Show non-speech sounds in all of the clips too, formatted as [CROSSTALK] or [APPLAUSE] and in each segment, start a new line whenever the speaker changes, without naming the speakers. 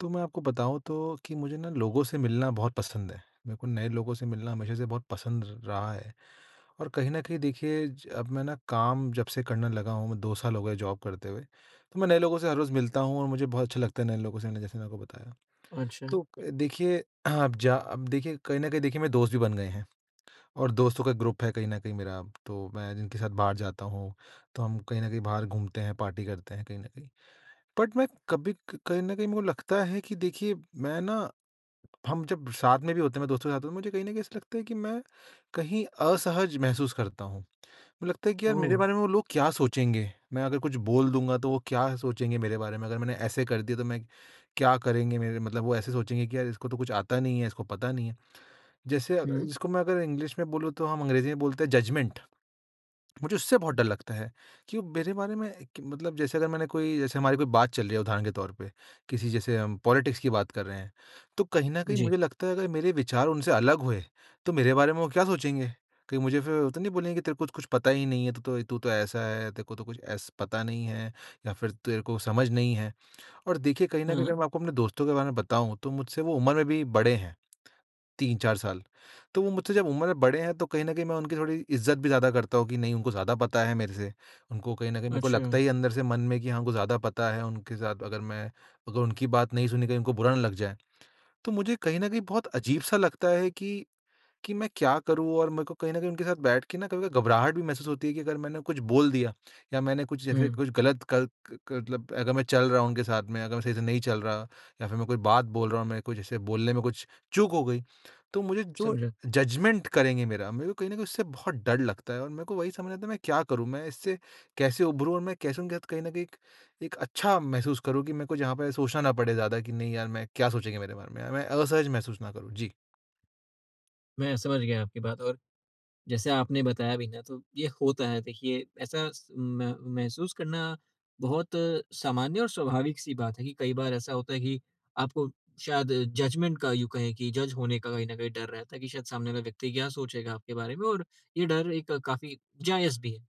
तो मैं आपको बताऊँ तो कि मुझे ना लोगों से मिलना बहुत पसंद है। मेरे को नए लोगों से मिलना हमेशा से बहुत पसंद रहा है। और कहीं न कहीं देखिए ज अब मैं ना काम जब से करने लगा हूँ, मैं 2 साल हो गए जॉब करते हुए, तो मैं नए लोगों से हर रोज़ मिलता हूँ और मुझे बहुत अच्छा लगता है नए लोगों से मिलना, जैसे मैंने आपको बताया।
अच्छा,
तो क देखिए [CLEARS THROAT] अब जा अब देखिए, कहीं न कहीं देखिए मेरे दोस्त भी बन गए हैं और दोस्तों का ग्रुप है कहीं न कहीं मेरा, तो मैं जिनके साथ बाहर जाता हूँ, तो हम कहीं न कहीं बाहर घूमते हैं, पार्टी करते हैं कहीं न कहीं। बट मैं कभी क कहीं न कहीं मेरे को लगता है कि देखिए मैं ना, हम जब साथ में भी होते हैं, मैं दोस्तों के साथ हूँ, मुझे कहीं न कहीं ऐसा लगता है कि मैं कहीं असहज महसूस करता हूँ। मुझे लगता है कि यार
ओह!
मेरे बारे में वो लोग क्या सोचेंगे? मैं अगर कुछ बोल दूँगा तो वो क्या सोचेंगे मेरे बारे में? अगर मैंने ऐसे कर दिया तो मैं क्या करेंगे, मेरे मतलब वो ऐसे सोचेंगे कि यार इसको तो कुछ आता नहीं है, इसको पता नहीं है। जैसे
हुँ,
इसको मैं अगर इंग्लिश में बोलूँ तो हम अंग्रेज़ी में बोलते हैं जजमेंट। मुझे उससे बहुत डर लगता है कि वो मेरे बारे में, कि मतलब जैसे अगर मैंने कोई, जैसे हमारी कोई बात चल रही है उदाहरण के तौर पे, किसी जैसे हम पॉलिटिक्स की बात कर रहे हैं, तो कहीं ना कहीं
जी।
मुझे लगता है अगर मेरे विचार उनसे अलग हुए तो मेरे बारे में वो क्या सोचेंगे, कहीं मुझे फिर तो नहीं बोलेंगे कि तेरे को कुछ पता ही नहीं है, तो तू तो ऐसा है, तेरे को तो कुछ ऐसा पता नहीं है या फिर तेरे को समझ नहीं है। और देखिए कहीं ना कहीं
हाँ,
अगर मैं आपको अपने दोस्तों के बारे में बताऊं तो मुझसे वो उम्र में भी बड़े हैं 3-4 साल। तो वो मुझसे जब उम्र में बड़े हैं तो कहीं न कहीं मैं उनकी थोड़ी इज़्ज़त भी ज़्यादा करता हूँ कि नहीं, उनको ज़्यादा पता है मेरे से। उनको कहीं न कहीं मेरे को
अच्छा,
लगता ही अंदर से मन में कि हाँ, उनको ज़्यादा पता है, उनके साथ अगर मैं, अगर उनकी बात नहीं सुनी कहीं उनको बुरा ना लग जाए। तो मुझे कहीं न कहीं बहुत अजीब-सा लगता है कि मैं क्या करूँ, और मेरे को कहीं न कहीं उनके साथ बैठ के ना कभी-कभी घबराहट भी महसूस होती है कि अगर मैंने कुछ बोल दिया या मैंने कुछ, जैसे
हुँ,
कुछ गलत क क क मतलब अगर मैं चल रहा हूँ उनके साथ में, अगर मैं सही से नहीं चल रहा या फिर मैं कोई बात बोल रहा हूँ, मेरे को जैसे बोलने में कुछ चूक हो गई, तो मुझे जो
समझा।
जजमेंट करेंगे मेरा, मेरे को कहीं न कहीं उससे बहुत डर लगता है और मेरे को वही समझ नहीं आता, मैं क्या करूँ? मैं इससे कैसे उभरूँ और मैं कैसे उनके साथ कहीं न कहीं एक एक अच्छा महसूस करूँ कि मेरे को जहाँ पे सोचना ना पड़े ज़्यादा कि नहीं यार, मैं क्या सोचेंगे मेरे बारे में? मैं असहज महसूस ना करूँ। जी।
मैं समझ गया आपकी बात। और जैसे आपने बताया भी ना, तो ये होता है। देखिए, ऐसा स म महसूस करना बहुत सामान्य और स्वाभाविक-सी बात है कि कई बार ऐसा होता है कि आपको शायद जजमेंट का, यूँ कहें कि जज होने का कहीं न कहीं डर रहता है कि शायद सामने वाला व्यक्ति क्या सोचेगा आपके बारे में। और ये डर एक काफ़ी जायज़ भी है।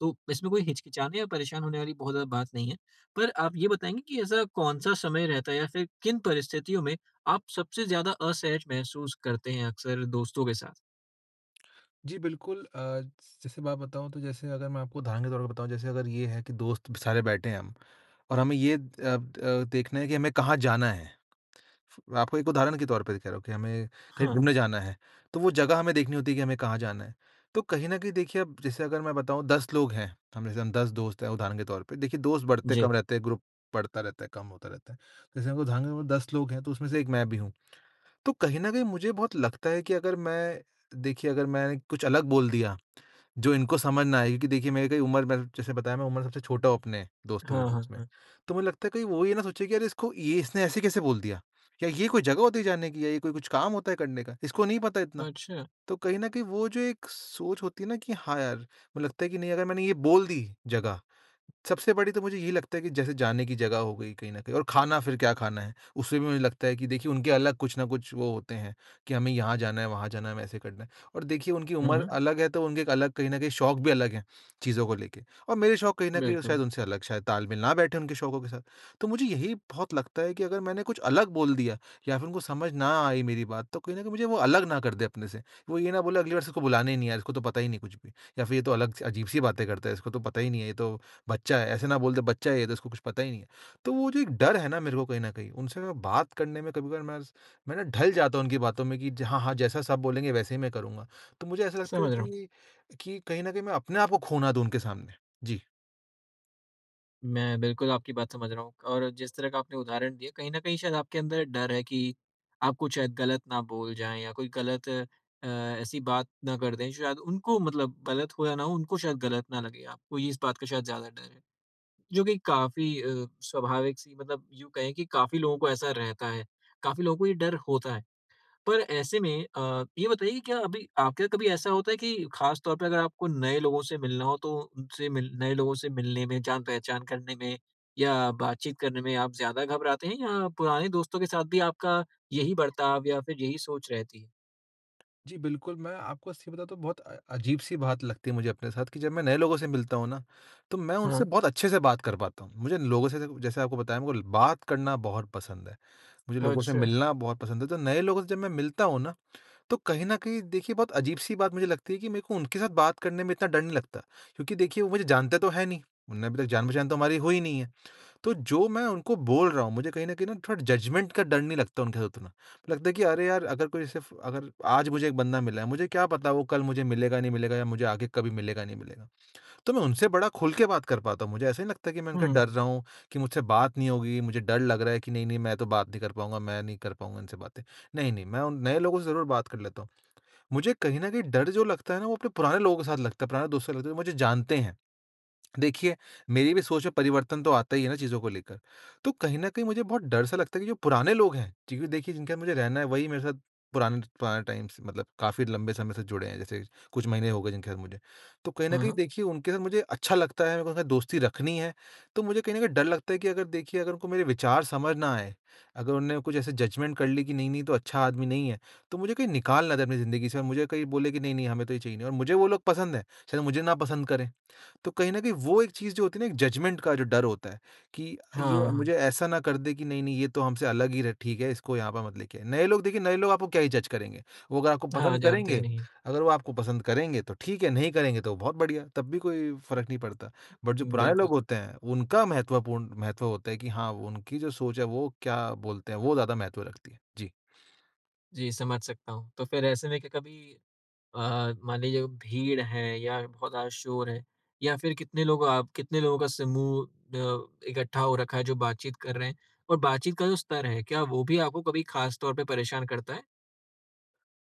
तो इसमें कोई हिचकिचाने या परेशान होने वाली बहुत ज़्यादा बात नहीं है। पर आप ये बताएँगे कि ऐसा कौन-सा समय रहता है, या फिर किन परिस्थितियों में आप सबसे ज़्यादा असहज महसूस करते हैं अक्सर दोस्तों के साथ?
जी, बिल्कुल, जैसे मैं बताऊँ तो जैसे अगर मैं आपको उदाहरण के तौर पे बताऊँ, जैसे अगर ये है कि दोस्त सारे बैठे हैं हम और हमें ये देखना है कि हमें कहाँ जाना है। आपको एक उदाहरण के तौर पे कह रहा हूँ कि हमें कहीं
हाँ।
घूमने जाना है, तो वो जगह हमें देखनी होती है कि हमें कहाँ जाना है। तो कहीं न कहीं देखिए अब जैसे अगर मैं बताऊँ 10 लोग हैं, हम जैसे हम 10 दोस्त हैं उदाहरण के तौर पे, देखिए दोस्त बढ़ते
जी।
कम रहते हैं, ग्रुप बढ़ता रहता है, कम होता रहता है। जैसे अगर उदाहरण के तौर पे 10 लोग हैं, तो उसमें से एक मैं भी हूँ। तो कहीं न कहीं मुझे बहुत लगता है कि अगर मैं, देखिए अगर मैंने कुछ अलग बोल दिया जो इनको समझ ना आए, क्योंकि देखिए मेरी कई उम्र, मैंने जैसे बताया मैं उम्र सबसे छोटा हूँ अपने दोस्तों के
हाँ,
बीच
हाँ,
में।
हाँ।
तो मुझे लगता है कहीं वो ये ना सोचे कि अरे इसको ये, इसने ऐसे कैसे बोल दिया? या ये कोई जगह होती है जाने की या ये कोई कुछ काम होता है करने का? इसको नहीं पता इतना।
अच्छा।
तो कहीं न कहीं वो जो एक सोच होती है ना कि हाँ यार, मुझे लगता है कि नहीं अगर मैंने ये बोल दी जगह, सबसे बड़ी तो मुझे यही लगता है कि जैसे जाने की जगह हो गई कहीं न कहीं, और खाना फिर क्या खाना है? उसमें भी मुझे लगता है कि देखिए उनके अलग कुछ न कुछ वो होते हैं, कि हमें यहाँ जाना है, वहाँ जाना है, हमें ऐसे करना है, और देखिए उनकी
हुँ,
उम्र
हुँ।
अलग है तो उनके एक अलग कहीं न कहीं शौक भी अलग हैं, चीज़ों को लेके, और मेरे शौक कहीं न कहीं
बिल्कुल,
शायद उनसे अलग, शायद तालमेल ना बैठे उनके शौकों के साथ। तो मुझे यही बहुत लगता है कि अगर मैंने कुछ अलग बोल दिया या फिर उनको समझ ना आई मेरी बात, तो कहीं न कहीं मुझे वो अलग ना कर दें अपने से। वो ये ना बोले अगली बार से इसको बुलाना ही नहीं यार, इसको तो पता ही नहीं कुछ भी, या फिर ये तो अलग अजीब-सी बातें करता है, इसको तो पता ही नहीं है, ये तो बच्चा है, ऐसे ना बोल दे बच्चा है, ये तो इसको कुछ पता ही नहीं है। तो वो जो एक डर है ना मेरे को कहीं न कहीं, उनसे मैं बात करने में कभी-कभार मैं ना ढल जाता हूँ उनकी बातों में कि ज हाँ, हाँ, जैसा सब बोलेंगे वैसे ही मैं करूँगा। तो मुझे ऐसा लगता है
समझ रहा हूँ।
कि कहीं न कहीं मैं अपने आप को खो ना दूँ उनके सामने। जी।
मैं बिल्कुल आपकी बात समझ रहा हूँ। और जिस तरह का आपने उदाहरण दिया, कहीं न कहीं शायद आपके अंदर डर है कि आप कुछ शायद गलत ना बोल जाएँ, या कोई गलत ऐसी बात ना कर दें। शायद उनको, मतलब गलत हो या ना हो, उनको शायद गलत ना लगे। आपको ये, इस बात का शायद ज़्यादा डर है, जो कि काफ़ी स्वाभाविक-सी, मतलब यूँ कहें कि काफ़ी लोगों को ऐसा रहता है, काफ़ी लोगों को ये डर होता है। पर ऐसे में ये बताइए कि क्या अभी आपके साथ कभी ऐसा होता है कि खास तौर पे अगर आपको नए लोगों से मिलना हो, तो उनसे मिल नए लोगों से मिलने में, जान-पहचान करने में या बातचीत करने में आप ज़्यादा घबराते हैं, या पुराने दोस्तों के साथ भी आपका यही बर्ताव या फिर यही सोच रहती है?
जी, बिल्कुल, मैं आपको सही बताऊँ तो बहुत अजीब-सी बात लगती है मुझे अपने साथ कि जब मैं नए लोगों से मिलता हूँ ना, तो मैं उनसे
हाँ,
बहुत अच्छे से बात कर पाता हूँ। मुझे लोगों से, जैसे जैसे आपको बताया, मुझे बात करना बहुत पसंद है, मुझे लोगों से
अच्छा।
मिलना बहुत पसंद है, तो नए लोगों से जब मैं मिलता हूँ ना, तो कहीं न कहीं देखिए बहुत अजीब-सी बात मुझे लगती है कि मेरे को उनके साथ बात करने में इतना डर नहीं लगता। क्योंकि देखिए वो मुझे जानते तो हैं नहीं, उन्हें अभी तक जान-पहचान तो हमारी हुई नहीं है। तो जो मैं उनको बोल रहा हूँ, मुझे कहीं न कहीं ना थोड़ा जजमेंट का डर नहीं लगता उनके साथ उतना। लगता है कि अरे यार! अगर कोई, सिर्फ़ अगर आज मुझे एक बंदा मिला है, मुझे क्या पता वो कल मुझे मिलेगा, नहीं मिलेगा, या मुझे आगे कभी मिलेगा, नहीं मिलेगा। तो मैं उनसे बड़ा खुल के बात कर पाता हूँ। मुझे ऐसा नहीं लगता कि मैं उनसे
हुँ,
डर रहा हूँ, कि मुझसे बात नहीं होगी, मुझे डर लग रहा है कि नहीं, नहीं मैं तो बात नहीं कर पाऊँगा, मैं नहीं कर पाऊँगा इनसे बातें। नहीं, नहीं, मैं उन नए लोगों से ज़रूर बात कर लेता हूँ। मुझे कहीं न कहीं डर जो लगता है ना, वो अपने पुराने लोगों के साथ लगता है, पुराने दोस्तों से लगता है, जो मुझे जानते हैं। देखिए, मेरी भी सोच में परिवर्तन तो आता ही है ना, चीज़ों को लेकर। तो कहीं न कहीं मुझे बहुत डर सा लगता है कि जो पुराने लोग हैं, क्योंकि देखिए जिनके साथ मुझे रहना है वही मेरे साथ पुराने पुराने टाइम से, मतलब काफ़ी लंबे समय से जुड़े हैं, जैसे कुछ महीने हो गए जिनके साथ मुझे। तो कहीं न कहीं
हाँ।
देखिए उनके साथ मुझे अच्छा लगता है, मेरे को उनके साथ दोस्ती रखनी है। तो मुझे कहीं न कहीं डर लगता है कि अगर देखिए, अगर उनको मेरे विचार समझ ना आए, अगर उन्होंने कुछ ऐसे जजमेंट कर ली कि नहीं, नहीं तो अच्छा आदमी नहीं है, तो मुझे कहीं निकाल ना दें अपनी ज़िंदगी से, और मुझे कहीं बोले कि नहीं, नहीं हमें तो ये चाहिए नहीं, और मुझे वो लोग पसंद हैं, शायद मुझे ना पसंद करें। तो कहीं न कहीं वो एक चीज़ जो होती है ना, एक जजमेंट का जो डर होता है कि ये
हाँ,
मुझे ऐसा ना कर दे कि नहीं, नहीं ये तो हमसे अलग ही र ठीक है, इसको यहाँ पे मत लेके आइए। नए लोग, देखिए नए लोग आपको क्या ही जज करेंगे। वो अगर आपको
हाँ
पसंद
जानते ही
करेंगे
नहीं है।
अगर वो आपको पसंद करेंगे तो ठीक है, नहीं करेंगे तो बहुत बढ़िया, तब भी कोई फ़र्क नहीं पड़ता। बट जो पुराने लोग
बिल्कुल।
होते हैं उनका महत्वपूर्ण महत्व होता है कि हाँ, वो उनकी जो सोच है, वो क्या बोलते हैं, वो ज़्यादा महत्व रखती है। जी।
जी, समझ सकता हूँ। तो फिर ऐसे में, क्या कभी मान लीजिए भीड़ है, या बहुत ज़्यादा शोर है, या फिर कितने लोगों का समूह इकट्ठा हो रखा है जो बातचीत कर रहे हैं, और बातचीत का जो स्तर है, क्या वो भी आपको कभी खास तौर पे परेशान करता है?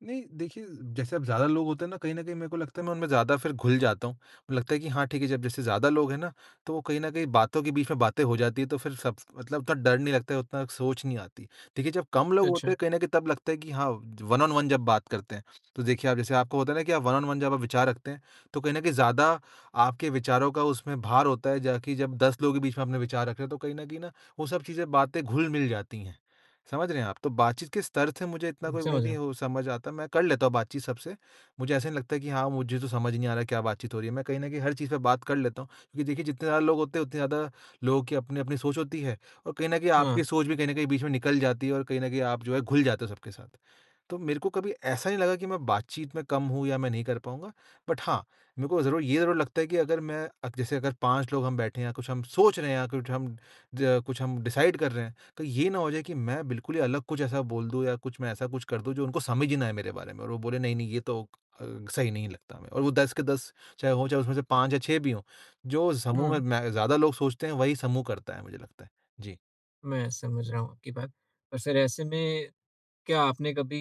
नहीं, देखिए जैसे अब ज़्यादा लोग होते हैं ना, कहीं न कहीं मेरे को लगता है मैं उनमें ज़्यादा फिर घुल जाता हूँ। मुझे लगता है कि हाँ, ठीक है जब जैसे ज़्यादा लोग हैं ना, तो वो कहीं न कहीं बातों के बीच में बातें हो जाती है, तो फिर सब मतलब उतना डर नहीं लगता है, उतना सोच नहीं आती। देखिए, जब कम लोग
अच्छा,
होते हैं कहीं न कहीं तब लगता है कि हाँ, वन ऑन वन जब बात करते हैं, तो देखिए आप जैसे आपको होता है ना कि आप वन ऑन वन जब आप विचार रखते हैं, तो कहीं न कहीं ज़्यादा आपके विचारों का उसमें भार होता है, जा कि जब 10 लोगों के बीच में आपने विचार रखे हैं, तो कहीं न कहीं ना वो सब चीज़ें बातें घुल-मिल जाती हैं। समझ रहे हैं आप? तो बातचीत के स्तर से मुझे इतना
हुँ,
कोई वो
समझ रहा
नहीं
हूँ।
हो समझ आता, मैं कर लेता हूँ बातचीत सबसे। मुझे ऐसा नहीं लगता है कि हाँ, मुझे तो समझ नहीं आ रहा क्या बातचीत हो रही है। मैं कहीं न कहीं हर चीज़ पे बात कर लेता हूँ, क्योंकि देखिए जितने ज़्यादा लोग होते हैं, उतनी ज़्यादा लोगों की अपनी-अपनी सोच होती है और कहीं न कहीं
हाँ,
आपकी सोच भी कहीं न कहीं बीच में निकल जाती है और कहीं न कहीं आप जो है घुल जाते हो सबके साथ। तो मेरे को कभी ऐसा नहीं लगा कि मैं बातचीत में कम हूँ या मैं नहीं कर पाऊँगा। बट हाँ, मेरे को ज़रूर ये ज़रूर लगता है कि अगर मैं जैसे अगर 5 लोग हम बैठे हैं, कुछ हम सोच रहे हैं या कुछ हम डिसाइड कर रहे हैं, कहीं ये ना हो जाए कि मैं बिल्कुल ही अलग कुछ ऐसा बोल दूँ या कुछ मैं ऐसा कुछ कर दूँ जो उनको समझ ही ना आए मेरे बारे में, और वो बोले, "नहीं, नहीं ये तो सही नहीं लगता हमें।" और वो 10 के 10 चाहे हों, चाहे उसमें से 5 या 6 भी हों, जो समूह में
हुँ,
मैं ज़्यादा लोग सोचते हैं, वही समूह करता है, मुझे लगता है। जी।
मैं समझ रहा हूँ आपकी बात। और फिर ऐसे में, क्या आपने कभी,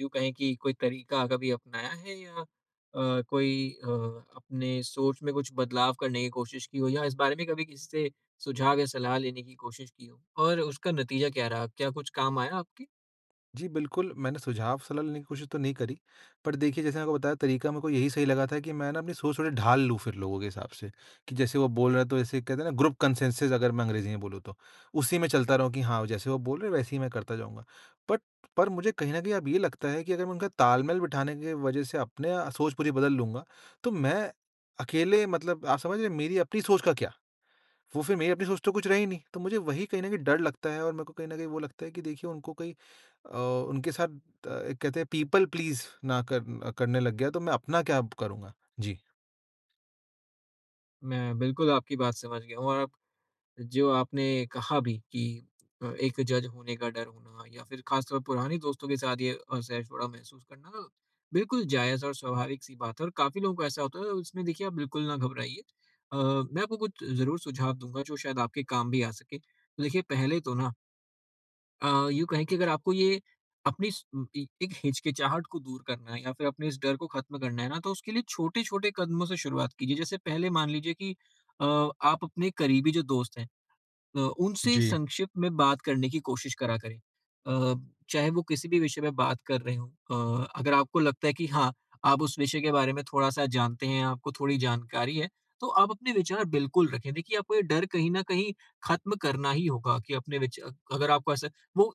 यूँ कहें कि कोई तरीका कभी अपनाया है, या कोई अपने सोच में कुछ बदलाव करने की कोशिश की हो, या इस बारे में कभी किसी से सुझाव या सलाह लेने की कोशिश की हो? और उसका नतीजा क्या रहा? क्या कुछ काम आया आपके?
जी, बिल्कुल, मैंने सुझाव सलाह लेने की कोशिश तो नहीं करी, पर देखिए जैसे मैंने आपको बताया तरीका मेरे को यही सही लगा था कि मैं ना अपनी सोच थोड़ी ढाल लूँ फिर लोगों के हिसाब से, कि जैसे वो बोल रहे हैं, तो जैसे कहते हैं ना ग्रुप कंसेंसस अगर मैं अंग्रेज़ी में बोलूँ तो, उसी में चलता रहूँ कि हाँ, जैसे वो बोल रहे हैं वैसे ही मैं करता जाऊँगा। बट पर मुझे कहीं न कहीं अब ये लगता है कि अगर मैं उनका तालमेल बिठाने की वजह से अपने सोच पूरी बदल लूँगा, तो मैं अकेले मतलब आप समझ रहे हैं मेरी अपनी सोच का क्या? वो फिर मेरी अपनी सोच तो कुछ रही नहीं, तो मुझे वही कहीं न कहीं डर लगता है और मेरे को कहीं न कहीं वो लगता है कि देखिए उनको कहीं अ, उनके साथ एक कहते हैं पीपल प्लीज़ ना कर करने लग गया तो मैं अपना क्या अब करूँगा? जी।
मैं बिल्कुल आपकी बात समझ गया हूँ। और आप, जो आपने कहा भी कि एक जज होने का डर होना, या फिर खासतौर पर पुराने दोस्तों के साथ ये असहज-थोड़ा महसूस करना, बिल्कुल जायज़ और स्वाभाविक सी बात है, और काफ़ी लोगों को ऐसा होता है। इसमें देखिए, आप बिल्कुल ना घबराइए। मैं आपको कुछ ज़रूर सुझाव दूँगा जो शायद आपके काम भी आ सके। तो देखिए पहले तो ना यूँ कहें कि अगर आपको ये अपनी स उम, इ एक हिचकिचाहट को दूर करना है, या फिर अपने इस डर को ख़त्म करना है ना, तो उसके लिए छोटे-छोटे कदमों से शुरुआत कीजिए। जैसे पहले मान लीजिए कि अ, आप अपने करीबी जो दोस्त हैं, उनसे
जी।
संक्षिप्त में बात करने की कोशिश करा करें। चाहे वो किसी भी विषय में बात कर रहे हों, अगर आपको लगता है कि हाँ, आप उस विषय के बारे में थोड़ा-सा जानते हैं, आपको थोड़ी जानकारी है, तो आप अपने विचार बिल्कुल रखें। देखिए, आपको ये डर कहीं न कहीं खत्म करना ही होगा कि अपने विच अगर आपको ऐसा वो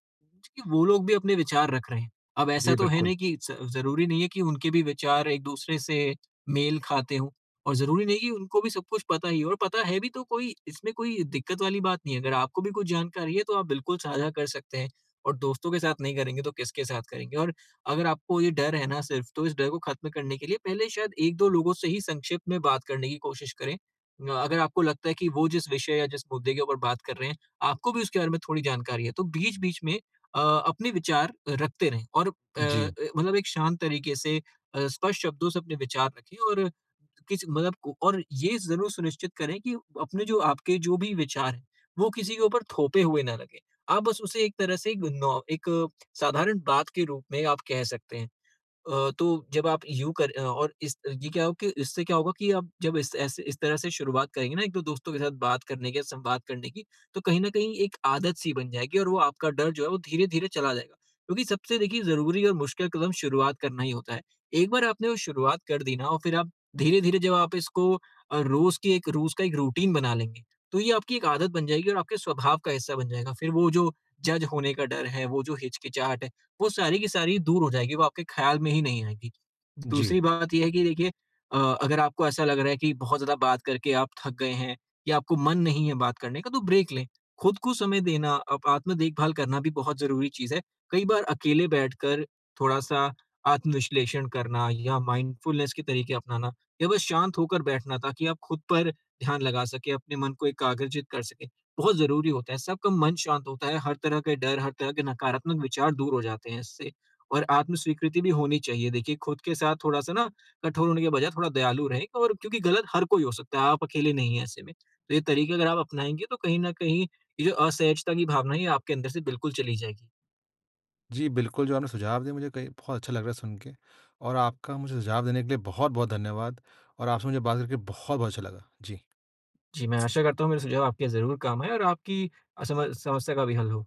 कि वो लोग भी अपने विचार रख रहे हैं। अब ऐसा
जी,
तो है
बिल्कुल।
नहीं कि ज़ ज़रूरी नहीं है कि उनके भी विचार एक-दूसरे से मेल खाते हों। और ज़रूरी नहीं कि उनको भी सब कुछ पता ही हो, और पता है भी तो कोई, इसमें कोई दिक्कत वाली बात नहीं है। अगर आपको भी कुछ जानकारी है, तो आप बिल्कुल साझा कर सकते हैं। और दोस्तों के साथ नहीं करेंगे तो किसके साथ करेंगे? और अगर आपको ये डर है ना सिर्फ़, तो इस डर को ख़त्म करने के लिए पहले शायद 1-2 लोगों से ही संक्षिप्त में बात करने की कोशिश करें। अगर आपको लगता है कि वो जिस विषय या जिस मुद्दे के ऊपर बात कर रहे हैं, आपको भी उसके बारे में थोड़ी जानकारी है, तो बीच-बीच में अ, अपने विचार रखते रहें, और
जी,
मतलब एक शांत तरीके से स्पष्ट शब्दों से अपने विचार रखें। और किसी मतलब को और ये ज़रूर सुनिश्चित करें कि अपने जो आपके जो भी विचार हैं, वो किसी के ऊपर थोपे हुए ना लगें। आप बस उसे एक तरह से एक साधारण बात के रूप में आप कह सकते हैं। तो जब आप और इस ये क्या हो कि इससे क्या होगा कि आप जब इस तरह से शुरुआत करेंगे ना एक दो दोस्तों के साथ बात करने की, संवाद करने की, तो कहीं न कहीं एक आदत सी बन जाएगी, और वो आपका डर जो है, वो धीरे-धीरे चला जाएगा। क्योंकि सबसे देखिए ज़रूरी और मुश्किल कदम शुरुआत करना ही होता है। एक बार आपने वो शुरुआत कर दी ना, और फिर आप धीरे-धीरे, जब आप इसको रोज़ का एक रूटीन बना लेंगे, तो ये आपकी एक आदत बन जाएगी, और आपके स्वभाव का हिस्सा बन जाएगा। फिर वो जो जज होने का डर है, वो जो हिचकिचाहट है, वो सारी की सारी दूर हो जाएगी, वो आपके ख़्याल में ही नहीं आएगी।
जी।
दूसरी बात ये है कि देखिए अ, अगर आपको ऐसा लग रहा है कि बहुत ज़्यादा बात करके आप थक गए हैं, या आपको मन नहीं है बात करने का, तो ब्रेक लें। खुद को समय देना, आप आत्म देखभाल करना भी बहुत ज़रूरी चीज़ है। कई बार अकेले बैठकर थोड़ा-सा आत्म-विश्लेषण करना, या माइंडफुलनेस के तरीके अपनाना, या बस शांत होकर बैठना, ताकि आप खुद पर ध्यान लगा सकें, अपने मन को एकाग्रचित कर सकें, बहुत ज़रूरी होता है। इससे आपका मन शांत होता है, हर तरह के डर, हर तरह के नकारात्मक विचार दूर हो जाते हैं इससे। और आत्म-स्वीकृति भी होनी चाहिए। देखिए, खुद के साथ थोड़ा-सा ना कठोर होने के बजाय थोड़ा दयालु रहें, और क्योंकि गलत हर कोई हो सकता है, आप अकेले नहीं हैं ऐसे में। तो ये तरीके अगर आप अपनाएँगे, तो कहीं न कहीं ये जो असहजता की भावना है, ये आपके अंदर से बिल्कुल चली जाएगी।
जी, बिल्कुल, जो आपने सुझाव दिए मुझे कहीं बहुत अच्छा लग रहा है सुन के और आपका मुझे सुझाव देने के लिए बहुत-बहुत धन्यवाद और आपसे मुझे बात करके बहुत-बहुत अच्छा लगा। जी।
जी, मैं आशा करता हूँ मेरे सुझाव आपके ज़रूर काम आएँ, और आपकी असमस समस्या का भी हल हो।